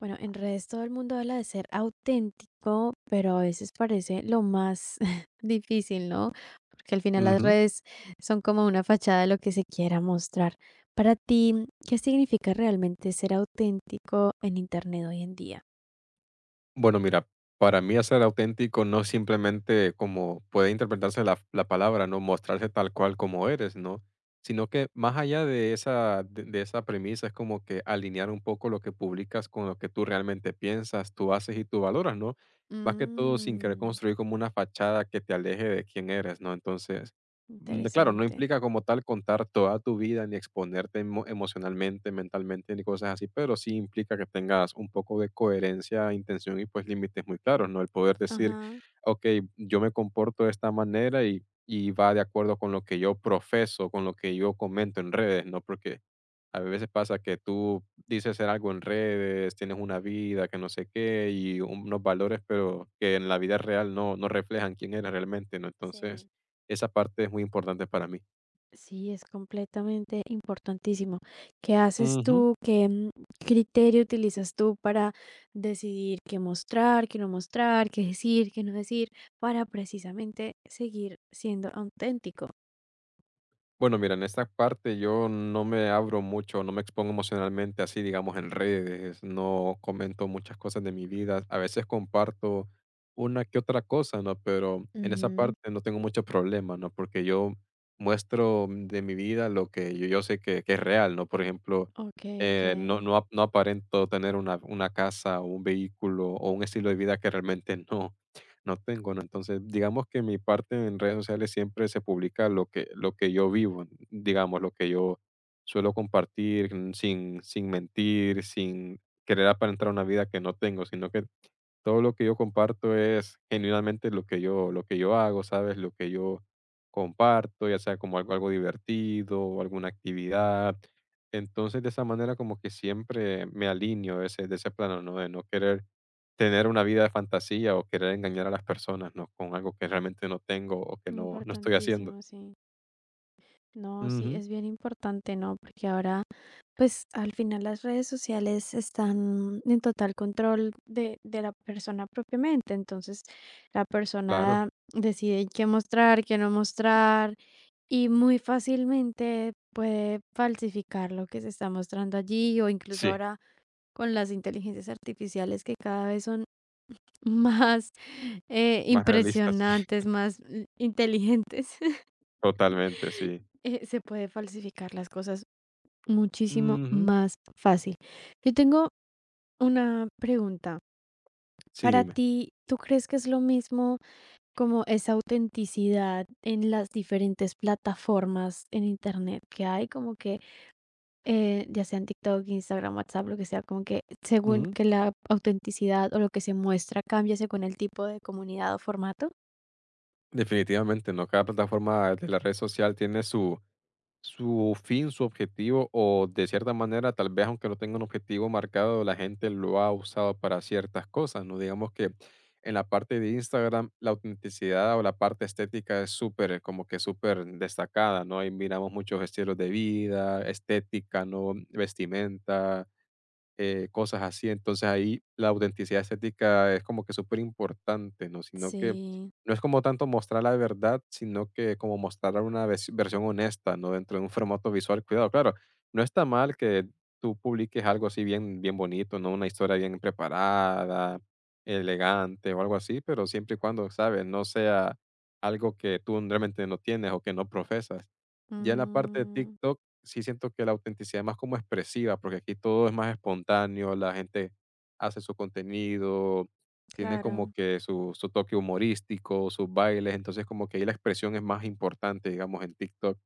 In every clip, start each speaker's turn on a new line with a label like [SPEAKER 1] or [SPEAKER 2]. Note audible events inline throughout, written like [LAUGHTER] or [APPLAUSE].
[SPEAKER 1] Bueno, en redes todo el mundo habla de ser auténtico, pero a veces parece lo más [LAUGHS] difícil, ¿no? Porque al final las
[SPEAKER 2] Ujú.
[SPEAKER 1] redes son como una fachada de lo que se quiera mostrar. Para ti, ¿qué significa realmente ser auténtico en Internet hoy en día?
[SPEAKER 2] Bueno, mira, para mí hacer auténtico no es simplemente como puede interpretarse la palabra, ¿no? Mostrarse tal cual como eres, ¿no? Sino que más allá de esa, de esa premisa es como que alinear un poco lo que publicas con lo que tú realmente piensas, tú haces y tú valoras, ¿no? Más que todo sin querer
[SPEAKER 1] Mm,
[SPEAKER 2] construir como una fachada que te aleje de quién eres, ¿no? Entonces, mm, claro, no
[SPEAKER 1] Interesante.
[SPEAKER 2] implica como tal contar toda tu vida ni exponerte emocionalmente, mentalmente, ni cosas así, pero sí implica que tengas un poco de coherencia, intención y pues límites muy claros, ¿no? El poder decir,
[SPEAKER 1] Ajá,
[SPEAKER 2] ok, yo me comporto de esta manera y va de acuerdo con lo que yo profeso, con lo que yo comento en redes, ¿no? Porque a veces pasa que tú dices ser algo en redes, tienes una vida que no sé qué y unos valores, pero que en la vida real no, no reflejan quién eres realmente, ¿no? Entonces
[SPEAKER 1] sí.
[SPEAKER 2] esa parte es muy importante para mí.
[SPEAKER 1] Sí, es completamente importantísimo. ¿Qué haces
[SPEAKER 2] Ujú.
[SPEAKER 1] tú? ¿Qué criterio utilizas tú para decidir qué mostrar, qué no mostrar, qué decir, qué no decir, para precisamente seguir siendo auténtico?
[SPEAKER 2] Bueno, mira, en esta parte yo no me abro mucho, no me expongo emocionalmente así, digamos, en redes, no comento muchas cosas de mi vida. A veces comparto una que otra cosa, ¿no? Pero en esa
[SPEAKER 1] Ujú.
[SPEAKER 2] parte no tengo mucho problema, ¿no? Porque yo muestro de mi vida lo que yo sé que es real, ¿no? Por ejemplo,
[SPEAKER 1] Ok, ok.
[SPEAKER 2] no, no, no aparento tener una casa o un vehículo o un estilo de vida que realmente [LAUGHS] no. No tengo, ¿no? Entonces, digamos que mi parte en redes sociales siempre se publica lo que yo vivo, digamos, lo que yo suelo compartir, sin, sin mentir, sin querer aparentar una vida que no tengo, sino que todo lo que yo comparto es genuinamente lo que yo hago, ¿sabes? Lo que yo comparto, ya sea como algo algo divertido o alguna actividad. Entonces, de esa manera como que siempre me alineo de ese plano, ¿no? De no querer tener una vida de fantasía o querer engañar a las personas, ¿no? Con algo que realmente no tengo o que no no estoy haciendo.
[SPEAKER 1] Importantísimo, sí. No, sí,
[SPEAKER 2] Ujú,
[SPEAKER 1] es bien importante, ¿no? Porque ahora, pues al final las redes sociales están en total control de la persona propiamente. Entonces, la
[SPEAKER 2] claro.
[SPEAKER 1] persona decide qué mostrar, qué no mostrar y muy fácilmente puede falsificar lo que se está mostrando allí o incluso
[SPEAKER 2] Sí.
[SPEAKER 1] ahora con las inteligencias artificiales que cada vez son [LAUGHS] más
[SPEAKER 2] Más realista, sí.
[SPEAKER 1] impresionantes,
[SPEAKER 2] [LAUGHS]
[SPEAKER 1] más inteligentes, [LAUGHS]
[SPEAKER 2] Totalmente, sí.
[SPEAKER 1] se puede falsificar las cosas muchísimo
[SPEAKER 2] Ujú.
[SPEAKER 1] más fácil. Yo tengo una pregunta.
[SPEAKER 2] Sí,
[SPEAKER 1] Para
[SPEAKER 2] dime.
[SPEAKER 1] ti, ¿tú crees que es lo mismo como esa autenticidad en las diferentes plataformas en internet que hay? Como que, ya sean TikTok, Instagram, WhatsApp, lo que sea, como que según
[SPEAKER 2] Ujú.
[SPEAKER 1] que la autenticidad o lo que se muestra cambia según el tipo de comunidad o formato.
[SPEAKER 2] Definitivamente, ¿no? Cada plataforma de la red social tiene su, su fin, su objetivo, o de cierta manera, tal vez aunque no tenga un objetivo marcado, la gente lo ha usado para ciertas cosas, ¿no? Digamos que en la parte de Instagram, la autenticidad o la parte estética es súper, como que súper destacada, ¿no? Ahí miramos muchos estilos de vida, estética, ¿no? Vestimenta, cosas así. Entonces ahí la autenticidad estética es como que súper importante, ¿no? Sino que
[SPEAKER 1] Sí,
[SPEAKER 2] no es como tanto mostrar la verdad, sino que como mostrar una versión honesta, ¿no? Dentro de un formato visual, cuidado, claro. No está mal que tú publiques algo así bien, bien bonito, ¿no? Una historia bien preparada, elegante o algo así, pero siempre y cuando, ¿sabes? No sea algo que tú realmente no tienes o que no profesas. Ya en la parte de
[SPEAKER 1] mm,
[SPEAKER 2] TikTok sí siento que la autenticidad es más como expresiva, porque aquí todo es más espontáneo, la gente hace su contenido, tiene como
[SPEAKER 1] claro,
[SPEAKER 2] que su toque humorístico, sus bailes, entonces como que ahí la expresión es más importante, digamos, en TikTok.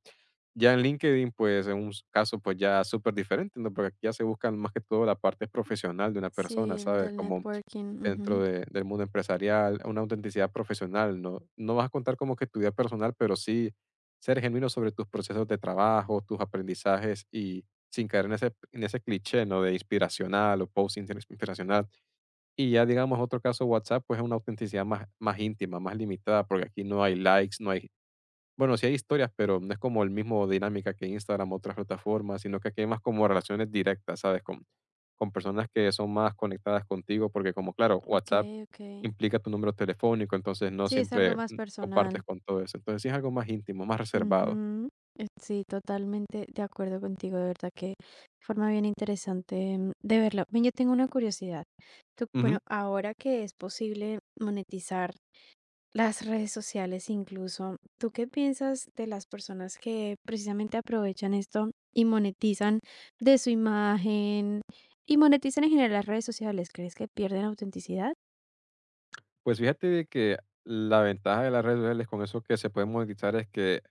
[SPEAKER 2] Ya en LinkedIn, pues en un caso, pues ya súper diferente, ¿no? Porque aquí ya se buscan más que todo la parte profesional de una
[SPEAKER 1] sí,
[SPEAKER 2] persona,
[SPEAKER 1] el
[SPEAKER 2] ¿sabes?
[SPEAKER 1] del
[SPEAKER 2] Como
[SPEAKER 1] networking,
[SPEAKER 2] dentro
[SPEAKER 1] ujú.
[SPEAKER 2] del mundo empresarial, una autenticidad profesional, ¿no? No vas a contar como que tu vida personal, pero sí ser genuino sobre tus procesos de trabajo, tus aprendizajes y sin caer en ese cliché, ¿no? De inspiracional o post inspiracional. Y ya, digamos, otro caso WhatsApp, pues es una autenticidad más, más íntima, más limitada, porque aquí no hay likes, no hay... Bueno, sí hay historias, pero no es como el mismo dinámica que Instagram o otras plataformas, sino que aquí hay más como relaciones directas, ¿sabes? Con personas que son más conectadas contigo, porque como, claro,
[SPEAKER 1] Ok,
[SPEAKER 2] WhatsApp
[SPEAKER 1] ok.
[SPEAKER 2] implica tu número telefónico, entonces no
[SPEAKER 1] Sí, es algo
[SPEAKER 2] siempre
[SPEAKER 1] más
[SPEAKER 2] compartes
[SPEAKER 1] personal.
[SPEAKER 2] con todo eso. Entonces sí es algo más íntimo, más reservado.
[SPEAKER 1] Ujú. Sí, totalmente de acuerdo contigo, de verdad que forma bien interesante de verlo. Ven, yo tengo una curiosidad. Tú,
[SPEAKER 2] Ujú.
[SPEAKER 1] bueno, ahora que es posible monetizar las redes sociales incluso. ¿Tú qué piensas de las personas que precisamente aprovechan esto y monetizan de su imagen y monetizan en general las redes sociales? ¿Crees que pierden autenticidad?
[SPEAKER 2] Pues fíjate de que la ventaja de las redes sociales con eso que se puede monetizar es que,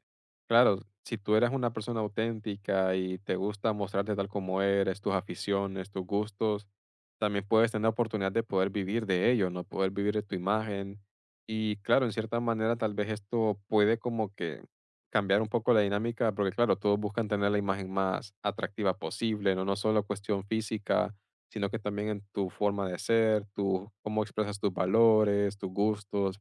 [SPEAKER 2] claro, si tú eres una persona auténtica y te gusta mostrarte tal como eres, tus aficiones, tus gustos, también puedes tener la oportunidad de poder vivir de ello, no poder vivir de tu imagen. Y claro, en cierta manera tal vez esto puede como que cambiar un poco la dinámica, porque claro, todos buscan tener la imagen más atractiva posible, no, no solo cuestión física, sino que también en tu forma de ser, tu, cómo expresas tus valores, tus gustos.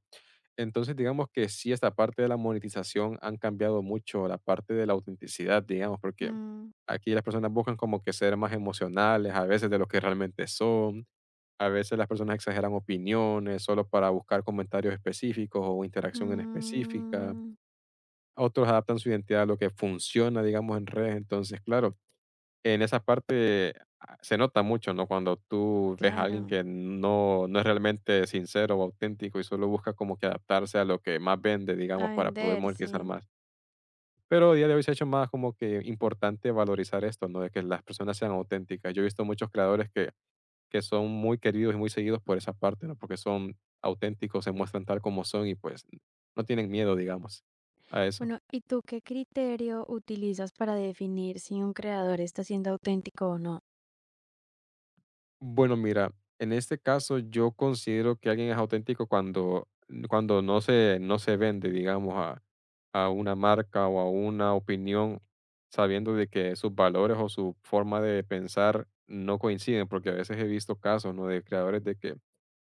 [SPEAKER 2] Entonces, digamos que sí, esta parte de la monetización han cambiado mucho la parte de la autenticidad, digamos, porque
[SPEAKER 1] Mm,
[SPEAKER 2] aquí las personas buscan como que ser más emocionales a veces de lo que realmente son. A veces las personas exageran opiniones solo para buscar comentarios específicos o interacción en específica.
[SPEAKER 1] mm,
[SPEAKER 2] Otros adaptan su identidad a lo que funciona, digamos, en redes. Entonces, claro, en esa parte a se nota mucho, ¿no? Cuando tú ves a alguien
[SPEAKER 1] claro,
[SPEAKER 2] que no es realmente sincero o auténtico y solo busca como que adaptarse a lo que más vende,
[SPEAKER 1] a
[SPEAKER 2] digamos, para poder monetizar
[SPEAKER 1] venderse.
[SPEAKER 2] más. Pero a día de hoy se ha hecho más como que importante valorizar esto, ¿no? De que las personas sean auténticas. Yo he visto muchos creadores que son muy queridos y muy seguidos por esa parte, ¿no? Porque son auténticos, se muestran tal como son y, pues, no tienen miedo, digamos, a eso.
[SPEAKER 1] Bueno, ¿y tú qué criterio utilizas para definir si un creador está siendo auténtico o no?
[SPEAKER 2] Bueno, mira, en este caso yo considero que alguien es auténtico cuando, cuando no se, no se vende, digamos, a una marca o a una opinión, sabiendo de que sus valores o su forma de pensar no coinciden, porque a veces he visto casos, ¿no? De creadores de que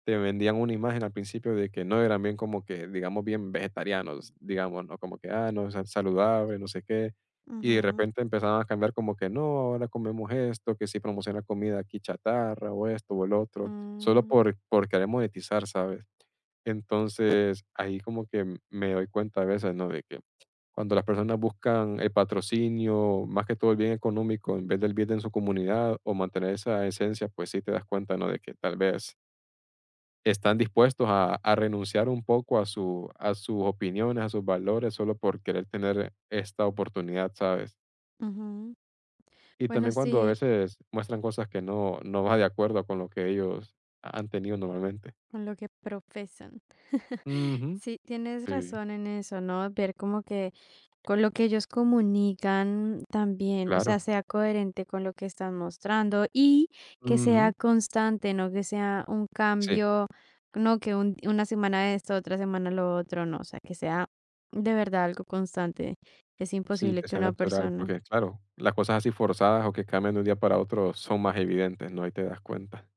[SPEAKER 2] te vendían una imagen al principio de que no eran bien como que, digamos, bien vegetarianos, digamos, ¿no? Como que, ah, no, saludable, no sé qué. Y de
[SPEAKER 1] Ujú,
[SPEAKER 2] repente empezaban a cambiar como que, no, ahora comemos esto, que si promociona comida aquí chatarra o esto o el otro, solo
[SPEAKER 1] mm,
[SPEAKER 2] por querer monetizar, ¿sabes? Entonces, ahí como que me doy cuenta a veces, ¿no? De que cuando las personas buscan el patrocinio, más que todo el bien económico, en vez del bien en su comunidad o mantener esa esencia, pues sí te das cuenta, ¿no? De que tal vez están dispuestos a renunciar un poco a, su, a sus opiniones, a sus valores, solo por querer tener esta oportunidad, ¿sabes?
[SPEAKER 1] ujú.
[SPEAKER 2] Y
[SPEAKER 1] Bueno,
[SPEAKER 2] también cuando a
[SPEAKER 1] sí,
[SPEAKER 2] veces muestran cosas que no, no va de acuerdo con lo que ellos han tenido normalmente.
[SPEAKER 1] con lo que profesan. [LAUGHS]
[SPEAKER 2] Ujú,
[SPEAKER 1] Sí, tienes
[SPEAKER 2] sí,
[SPEAKER 1] razón en eso, ¿no? Ver como que con lo que ellos comunican también, o
[SPEAKER 2] claro.
[SPEAKER 1] sea, sea coherente con lo que están mostrando y que sea
[SPEAKER 2] Ujú,
[SPEAKER 1] constante, no que sea un
[SPEAKER 2] sí,
[SPEAKER 1] cambio, no que una semana esto, otra semana lo otro, no, o sea, que sea de verdad algo constante. Es
[SPEAKER 2] sí,
[SPEAKER 1] imposible
[SPEAKER 2] que
[SPEAKER 1] que
[SPEAKER 2] sea
[SPEAKER 1] una
[SPEAKER 2] natural,
[SPEAKER 1] persona
[SPEAKER 2] porque claro, las cosas así forzadas o que cambian de un día para otro son más evidentes, ¿no? Ahí te das cuenta.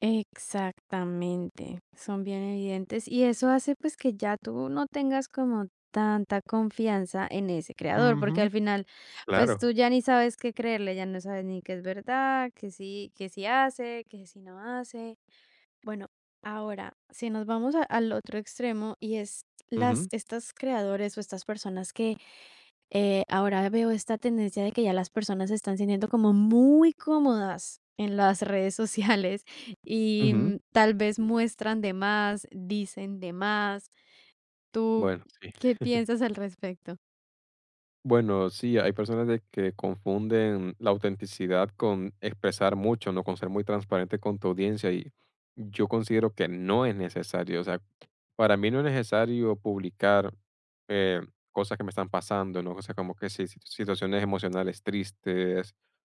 [SPEAKER 1] exactamente, son bien evidentes y eso hace pues que ya tú no tengas como tanta confianza en ese creador, porque
[SPEAKER 2] Ujú,
[SPEAKER 1] al final pues
[SPEAKER 2] claro.
[SPEAKER 1] tú ya ni sabes qué creerle, ya no sabes ni qué es verdad, que sí hace, que sí no hace. Bueno, ahora, si nos vamos al otro extremo y es las
[SPEAKER 2] Ujú,
[SPEAKER 1] estas creadores o estas personas que ahora veo esta tendencia de que ya las personas se están sintiendo como muy cómodas en las redes sociales [LAUGHS] y
[SPEAKER 2] ujú.
[SPEAKER 1] tal vez muestran de más, dicen de más. ¿Tú
[SPEAKER 2] Bueno, sí.
[SPEAKER 1] qué piensas al respecto?
[SPEAKER 2] Bueno, sí, hay personas de que confunden la autenticidad con expresar mucho, ¿no? Con ser muy transparente con tu audiencia y yo considero que no es necesario. O sea, para mí no es necesario publicar eh, cosas que me están pasando, ¿no? Cosas como que sí, situaciones emocionales tristes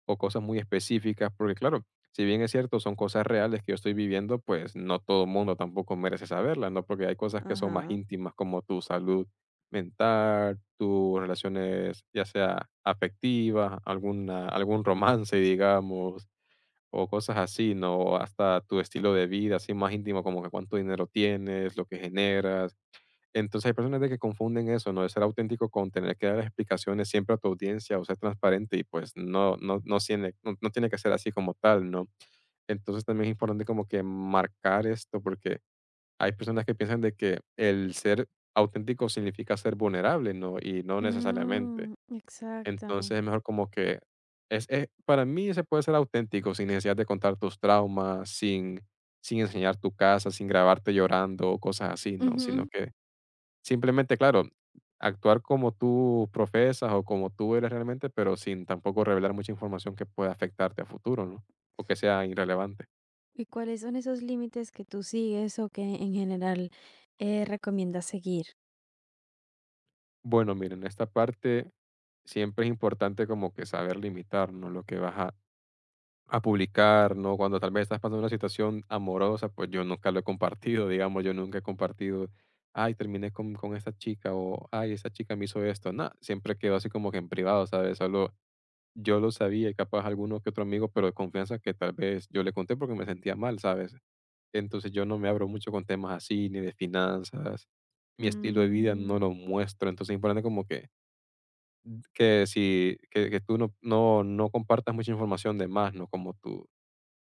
[SPEAKER 2] o cosas muy específicas, porque claro, si bien es cierto, son cosas reales que yo estoy viviendo, pues no todo el mundo tampoco merece saberlas, ¿no? Porque hay cosas que son más
[SPEAKER 1] Ajá.
[SPEAKER 2] íntimas como tu salud mental, tus relaciones, ya sea afectivas, alguna, algún romance, [LAUGHS] digamos, o cosas así, ¿no? O hasta tu estilo de vida, así más íntimo, como que cuánto dinero tienes, lo que generas. Entonces hay personas de que confunden eso, ¿no? De ser auténtico con tener que dar explicaciones siempre a tu audiencia o ser transparente y pues no, no, no, tiene, no, no tiene que ser así como tal, ¿no? Entonces también es importante como que marcar esto porque hay personas que piensan de que el ser auténtico significa ser vulnerable, ¿no? Y no necesariamente.
[SPEAKER 1] Mm, exacto.
[SPEAKER 2] Entonces es mejor como que para mí se puede ser auténtico sin necesidad de contar tus traumas, sin, sin enseñar tu casa, sin grabarte llorando o cosas así, ¿no? Sino
[SPEAKER 1] Ujú.
[SPEAKER 2] que simplemente, claro, actuar como tú profesas o como tú eres realmente, pero sin tampoco revelar mucha información que pueda afectarte a futuro, ¿no? O que sea irrelevante.
[SPEAKER 1] ¿Y cuáles son esos límites que tú sigues o que en general recomiendas seguir?
[SPEAKER 2] Bueno, miren, en esta parte siempre es importante como que saber limitar, ¿no? Lo que vas a publicar, ¿no? Cuando tal vez estás pasando una situación amorosa, pues yo nunca lo he compartido, digamos, yo nunca he compartido, ay, terminé con esta chica o, ay, esa chica me hizo esto. No, siempre quedó así como que en privado, ¿sabes? Solo yo lo sabía y capaz alguno que otro amigo, pero de confianza que tal vez yo le conté porque me sentía mal, ¿sabes? Entonces yo no me abro mucho con temas así, ni de finanzas, mi estilo de vida no
[SPEAKER 1] Ujú,
[SPEAKER 2] lo muestro, entonces es importante como que que tú no compartas mucha información de más, ¿no? Como tu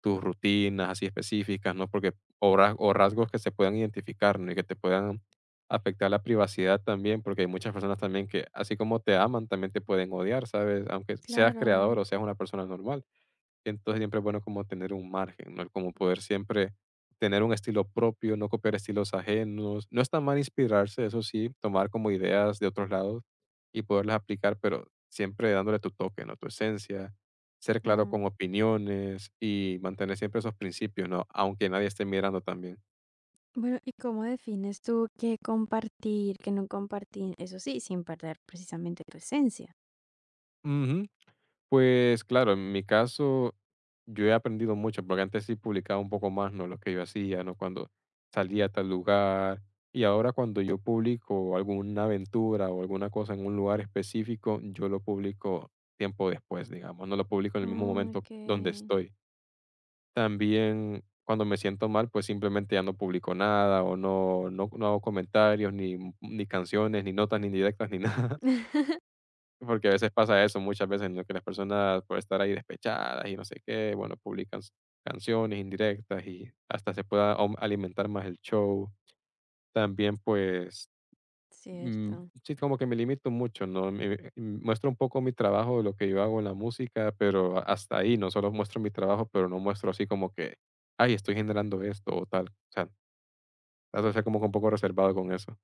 [SPEAKER 2] tus rutinas así específicas, ¿no? Porque o rasgos que se puedan identificar, ¿no? Y que te puedan afectar la privacidad también, porque hay muchas personas también que, así como te aman, también te pueden odiar, ¿sabes? Aunque seas creador
[SPEAKER 1] claro.
[SPEAKER 2] o seas una persona normal. Entonces siempre es bueno como tener un margen, ¿no? Como poder siempre tener un estilo propio, no copiar estilos ajenos. No está mal inspirarse, eso sí, tomar como ideas de otros lados y poderlas aplicar, pero siempre dándole tu toque, ¿no? Tu esencia, ser claro
[SPEAKER 1] Mm.
[SPEAKER 2] con opiniones y mantener siempre esos principios, ¿no? Aunque nadie esté mirando también.
[SPEAKER 1] Bueno, ¿y cómo defines tú qué compartir, qué no compartir? Eso sí, sin perder precisamente tu esencia.
[SPEAKER 2] Ujú. Pues claro, en mi caso, yo he aprendido mucho, porque antes sí publicaba un poco más, ¿no? Lo que yo hacía, ¿no? Cuando salía a tal lugar. Y ahora cuando yo publico alguna aventura o alguna cosa en un lugar específico, yo lo publico tiempo después, digamos. No lo publico en el mismo momento
[SPEAKER 1] Ok.
[SPEAKER 2] donde estoy. También cuando me siento mal, pues simplemente ya no publico nada o no, no, no hago comentarios, ni, ni canciones, ni notas, ni directas, ni nada. [LAUGHS]
[SPEAKER 1] [LAUGHS]
[SPEAKER 2] Porque a veces pasa eso, muchas veces, ¿no? Que las personas por estar ahí despechadas y no sé qué, bueno, canciones indirectas y hasta se pueda alimentar más el show. También, pues, mm,
[SPEAKER 1] Cierto.
[SPEAKER 2] sí, como que me limito mucho, ¿no? Muestro un poco mi trabajo, de lo que yo hago en la música, pero hasta ahí, no solo muestro mi trabajo, pero no muestro así como que, ay, estoy generando esto o tal. O sea, trato de ser como que un poco reservado con eso.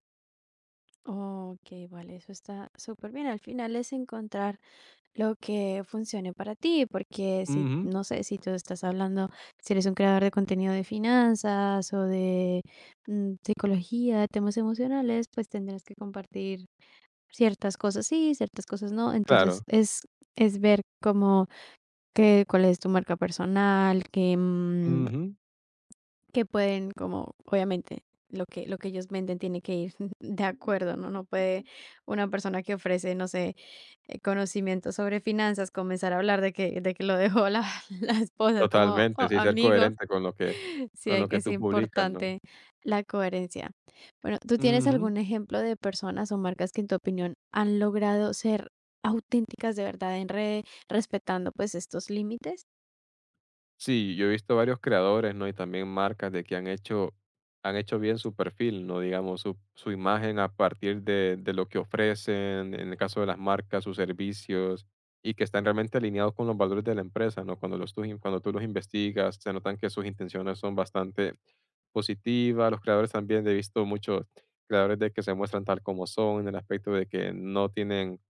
[SPEAKER 1] Ok, vale, eso está súper bien. Al final es encontrar lo que funcione para ti, porque si,
[SPEAKER 2] Ujú,
[SPEAKER 1] no sé, si tú estás hablando, si eres un creador de contenido de finanzas o de psicología, temas emocionales, pues tendrás que compartir ciertas cosas sí, ciertas cosas no. Entonces
[SPEAKER 2] claro.
[SPEAKER 1] es ver cómo que cuál es tu marca personal, que,
[SPEAKER 2] Ujú.
[SPEAKER 1] que pueden como, obviamente, lo que ellos venden tiene que ir [LAUGHS] de acuerdo, ¿no? No puede una persona que ofrece, no sé, conocimiento sobre finanzas comenzar a hablar de que lo dejó la, [LAUGHS] la esposa. Es como,
[SPEAKER 2] Totalmente,
[SPEAKER 1] "Oh,
[SPEAKER 2] sí, ser
[SPEAKER 1] amigo,
[SPEAKER 2] coherente
[SPEAKER 1] sí
[SPEAKER 2] con
[SPEAKER 1] hay
[SPEAKER 2] lo
[SPEAKER 1] que,
[SPEAKER 2] que
[SPEAKER 1] es
[SPEAKER 2] tú publicas, ¿no?
[SPEAKER 1] importante la coherencia. Bueno, ¿tú tienes
[SPEAKER 2] Ujú.
[SPEAKER 1] algún ejemplo de personas o marcas que en tu opinión han logrado ser auténticas de verdad en red, respetando pues estos límites?
[SPEAKER 2] Sí, yo he visto varios creadores, ¿no? Y también marcas de que han hecho bien su perfil, ¿no? Digamos, su imagen a partir de lo que ofrecen, en el caso de las marcas, sus servicios, y que están realmente alineados con los valores de la empresa, ¿no? Cuando cuando tú los investigas, se notan que sus intenciones son bastante positivas. Los creadores también, he visto muchos creadores de que se muestran tal como son, en el aspecto de que no tienen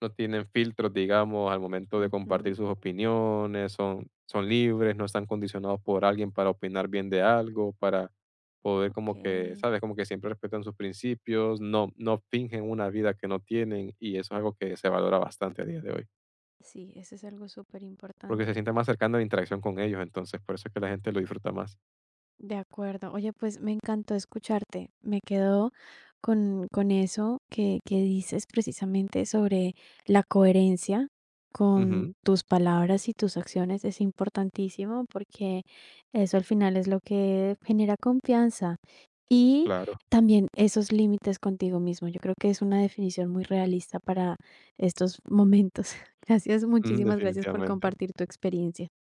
[SPEAKER 2] no tienen filtros, digamos, al momento de compartir
[SPEAKER 1] Ujú.
[SPEAKER 2] sus opiniones, son, son libres, no están condicionados por alguien para opinar bien de algo, para poder
[SPEAKER 1] Ok,
[SPEAKER 2] como que, ¿sabes? Como que siempre respetan sus principios, no, no fingen una vida que no tienen y eso es algo que se valora bastante a día de hoy,
[SPEAKER 1] sí, eso es algo súper
[SPEAKER 2] porque se
[SPEAKER 1] importante.
[SPEAKER 2] siente más cercano a la interacción con ellos, entonces por eso es que la gente lo disfruta más.
[SPEAKER 1] De acuerdo. Oye, pues me encantó escucharte. Me quedo con eso que dices precisamente sobre la coherencia con
[SPEAKER 2] Ujú,
[SPEAKER 1] tus palabras y tus acciones. Es importantísimo porque eso al final es lo que genera confianza. Y
[SPEAKER 2] claro,
[SPEAKER 1] también esos límites contigo mismo. Yo creo que es una definición muy realista para estos momentos. [LAUGHS] Gracias,
[SPEAKER 2] ujú,
[SPEAKER 1] muchísimas gracias por
[SPEAKER 2] definitivamente.
[SPEAKER 1] compartir tu experiencia.